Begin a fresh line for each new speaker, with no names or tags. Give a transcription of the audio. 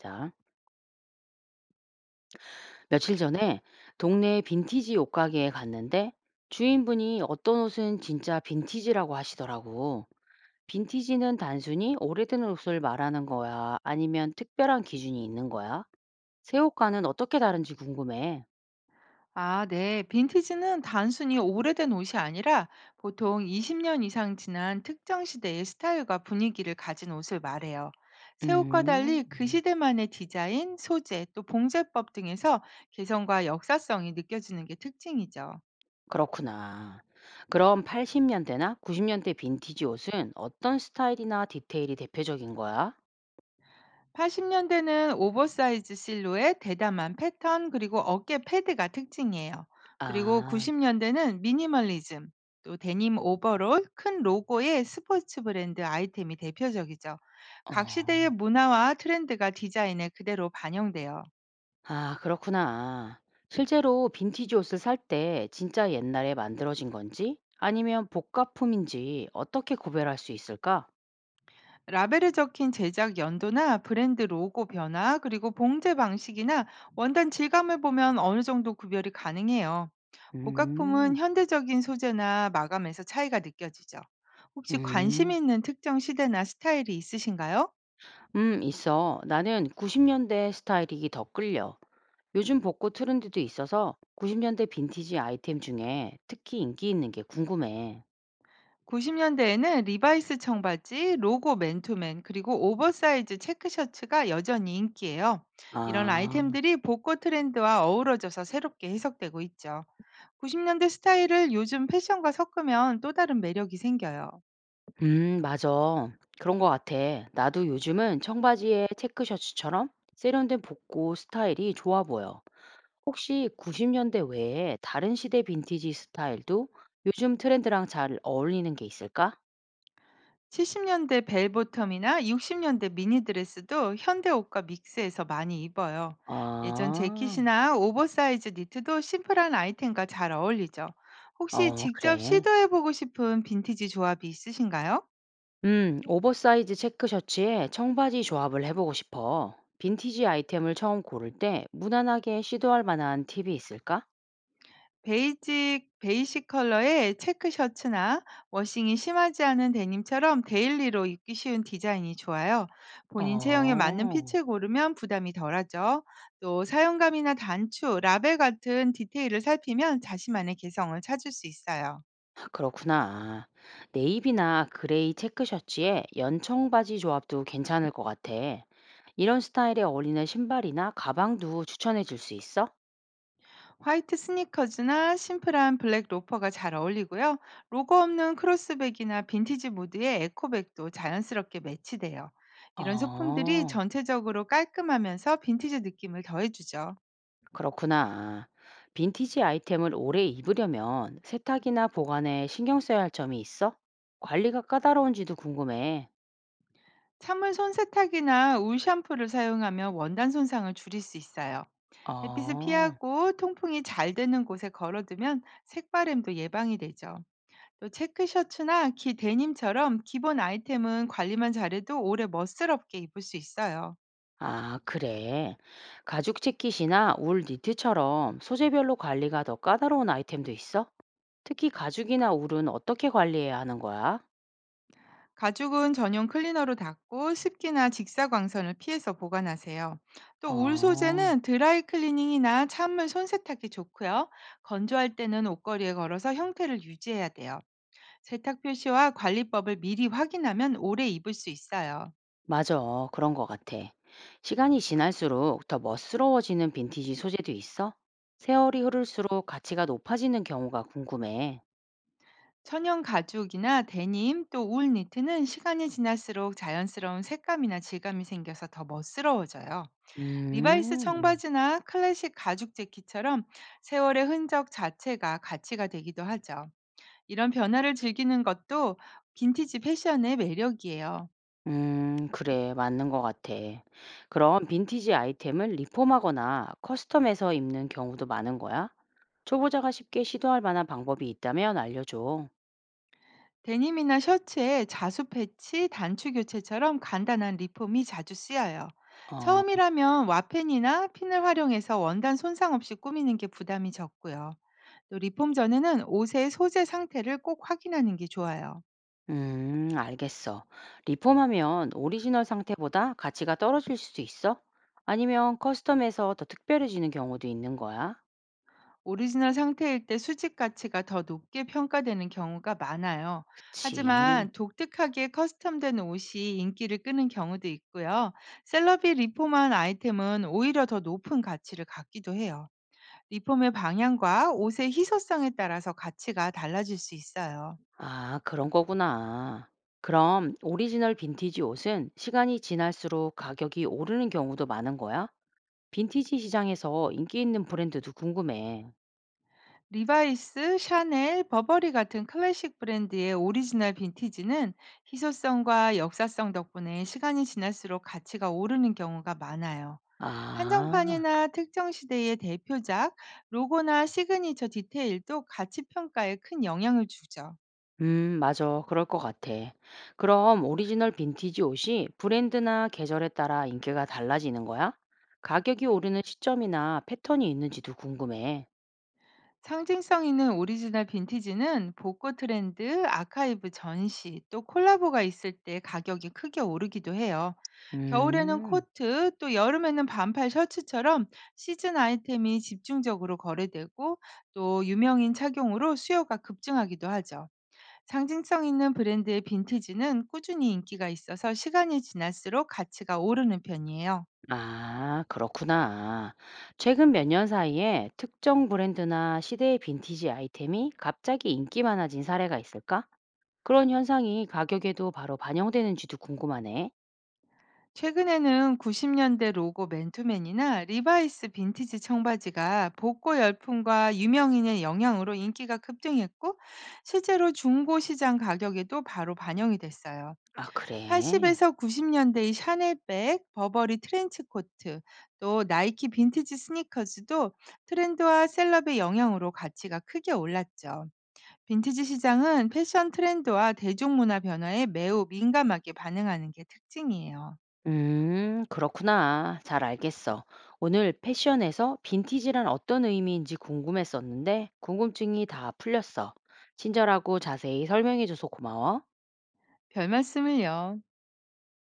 자, 며칠 전에 동네 빈티지 옷가게에 갔는데 주인분이 어떤 옷은 진짜 빈티지라고 하시더라고. 빈티지는 단순히 오래된 옷을 말하는 거야? 아니면 특별한 기준이 있는 거야? 새 옷과는 어떻게 다른지 궁금해.
아, 네. 빈티지는 단순히 오래된 옷이 아니라 보통 20년 이상 지난 특정 시대의 스타일과 분위기를 가진 옷을 말해요. 새 옷과 달리
음,
그
음,
시대만의 디자인, 소재, 또 봉제법 등에서 개성과 역사성이 느껴지는 게 특징이죠.
그렇구나. 그럼 80년대나 90년대 빈티지 옷은 어떤 스타일이나 디테일이 대표적인 거야?
80년대는 오버사이즈 실루엣, 대담한 패턴, 그리고 어깨 패드가 특징이에요. 그리고
아,
90년대는 미니멀리즘, 또 데님 오버롤, 큰 로고의 스포츠 브랜드 아이템이 대표적이죠. 각 시대의
어.
문화와 트렌드가 디자인에 그대로 반영돼요.
아, 그렇구나. 실제로 빈티지 옷을 살 때 진짜 옛날에 만들어진 건지 아니면 복가품인지 어떻게 구별할 수 있을까?
라벨에 적힌 제작 연도나 브랜드 로고 변화, 그리고 봉제 방식이나 원단 질감을 보면 어느 정도 구별이 가능해요.
음,
복각품은 현대적인 소재나 마감에서 차이가 느껴지죠. 혹시 관심
음,
있는 특정 시대나 스타일이 있으신가요?
있어. 나는 90년대 스타일이 더 끌려. 요즘 복고 트렌드도 있어서 90년대 빈티지 아이템 중에 특히 인기 있는 게 궁금해.
90년대에는 리바이스 청바지, 로고 맨투맨, 그리고 오버사이즈 체크셔츠가 여전히 인기예요. 이런
아,
아이템들이 복고 트렌드와 어우러져서 새롭게 해석되고 있죠. 90년대 스타일을 요즘 패션과 섞으면 또 다른 매력이 생겨요.
맞아. 그런 거 같아. 나도 요즘은 청바지에 체크셔츠처럼 세련된 복고 스타일이 좋아 보여. 혹시 90년대 외에 다른 시대 빈티지 스타일도 요즘 트렌드랑 잘 어울리는 게 있을까?
70 년대 벨보텀이나 60 년대 미니드레스도 현대 옷과 믹스해서 많이 입어요. 예전
아,
재킷이나 오버사이즈 니트도 심플한 아이템과 잘 어울리죠. 혹시
어,
직접
그래.
시도해보고 싶은 빈티지 조합이 있으신가요?
오버사이즈 체크 셔츠에 청바지 조합을 해보고 싶어. 빈티지 아이템을 처음 고를 때 무난하게 시도할 만한 팁이 있을까?
베이직 베이식 컬러의 체크 셔츠나 워싱이 심하지 않은 데님처럼 데일리로 입기 쉬운 디자인이 좋아요. 본인 체형에 맞는
어,
핏을 고르면 부담이 덜하죠. 또 사용감이나 단추, 라벨 같은 디테일을 살피면 자신만의 개성을 찾을 수 있어요.
그렇구나. 네이비나 그레이 체크 셔츠에 연청바지 조합도 괜찮을 것 같아. 이런 스타일에 어울리는 신발이나 가방도 추천해 줄 수 있어?
화이트 스니커즈나 심플한 블랙 로퍼가 잘 어울리고요. 로고 없는 크로스백이나 빈티지 무드의 에코백도 자연스럽게 매치돼요.
어,
이런 소품들이 전체적으로 깔끔하면서 빈티지 느낌을 더해주죠.
그렇구나. 빈티지 아이템을 오래 입으려면 세탁이나 보관에 신경 써야 할 점이 있어? 관리가 까다로운지도 궁금해.
찬물 손세탁이나 울 샴푸를 사용하면 원단 손상을 줄일 수 있어요. 햇빛을
어.
피하고 통풍이 잘 되는 곳에 걸어두면 색바램도 예방이 되죠. 또 체크 셔츠나 기 데님처럼 기본 아이템은 관리만 잘해도 오래 멋스럽게 입을 수 있어요.
아, 그래. 가죽 재킷이나 울 니트처럼 소재별로 관리가 더 까다로운 아이템도 있어? 특히 가죽이나 울은 어떻게 관리해야 하는 거야?
가죽은 전용 클리너로 닦고 습기나 직사광선을 피해서 보관하세요. 또 울
어.
소재는 드라이 클리닝이나 찬물 손세탁이 좋고요. 건조할 때는 옷걸이에 걸어서 형태를 유지해야 돼요. 세탁 표시와 관리법을 미리 확인하면 오래 입을 수 있어요.
맞아. 그런 것 같아. 시간이 지날수록 더 멋스러워지는 빈티지 소재도 있어? 세월이 흐를수록 가치가 높아지는 경우가 궁금해.
천연 가죽이나 데님 또 울 니트는 시간이 지날수록 자연스러운 색감이나 질감이 생겨서 더 멋스러워져요. 리바이스
음,
청바지나 클래식 가죽 재킷처럼 세월의 흔적 자체가 가치가 되기도 하죠. 이런 변화를 즐기는 것도 빈티지 패션의 매력이에요.
그래. 맞는 것 같아. 그럼 빈티지 아이템을 리폼하거나 커스텀해서 입는 경우도 많은 거야? 초보자가 쉽게 시도할 만한 방법이 있다면 알려줘.
데님이나 셔츠에 자수 패치, 단추 교체처럼 간단한 리폼이 자주 쓰여요.
어.
처음이라면 와펜이나 핀을 활용해서 원단 손상 없이 꾸미는 게 부담이 적고요. 또 리폼 전에는 옷의 소재 상태를 꼭 확인하는 게 좋아요.
알겠어. 리폼하면 오리지널 상태보다 가치가 떨어질 수도 있어? 아니면 커스텀에서 더 특별해지는 경우도 있는 거야?
오리지널 상태일 때 수집 가치가 더 높게 평가되는 경우가 많아요.
그치.
하지만 독특하게 커스텀된 옷이 인기를 끄는 경우도 있고요. 셀럽이 리폼한 아이템은 오히려 더 높은 가치를 갖기도 해요. 리폼의 방향과 옷의 희소성에 따라서 가치가 달라질 수 있어요.
아, 그런 거구나. 그럼 오리지널 빈티지 옷은 시간이 지날수록 가격이 오르는 경우도 많은 거야? 빈티지 시장에서 인기 있는 브랜드도 궁금해.
리바이스, 샤넬, 버버리 같은 클래식 브랜드의 오리지널 빈티지는 희소성과 역사성 덕분에 시간이 지날수록 가치가 오르는 경우가 많아요.
아.
한정판이나 특정 시대의 대표작, 로고나 시그니처 디테일도 가치 평가에 큰 영향을 주죠.
맞아. 그럴 것 같아. 그럼 오리지널 빈티지 옷이 브랜드나 계절에 따라 인기가 달라지는 거야? 가격이 오르는 시점이나 패턴이 있는지도 궁금해.
상징성 있는 오리지널 빈티지는 복고 트렌드, 아카이브 전시, 또 콜라보가 있을 때 가격이 크게 오르기도 해요. 겨울에는
음,
코트, 또 여름에는 반팔 셔츠처럼 시즌 아이템이 집중적으로 거래되고 또 유명인 착용으로 수요가 급증하기도 하죠. 상징성 있는 브랜드의 빈티지는 꾸준히 인기가 있어서 시간이 지날수록 가치가 오르는 편이에요.
아, 그렇구나. 최근 몇 년 사이에 특정 브랜드나 시대의 빈티지 아이템이 갑자기 인기 많아진 사례가 있을까? 그런 현상이 가격에도 바로 반영되는지도 궁금하네.
최근에는 90년대 로고 맨투맨이나 리바이스 빈티지 청바지가 복고 열풍과 유명인의 영향으로 인기가 급등했고 실제로 중고 시장 가격에도 바로 반영이 됐어요.
아, 그래.
80에서 90년대의 샤넬백, 버버리 트렌치코트, 또 나이키 빈티지 스니커즈도 트렌드와 셀럽의 영향으로 가치가 크게 올랐죠. 빈티지 시장은 패션 트렌드와 대중문화 변화에 매우 민감하게 반응하는 게 특징이에요.
그렇구나. 잘 알겠어. 오늘 패션에서 빈티지란 어떤 의미인지 궁금했었는데, 궁금증이 다 풀렸어. 친절하고 자세히 설명해줘서 고마워.
별 말씀을요.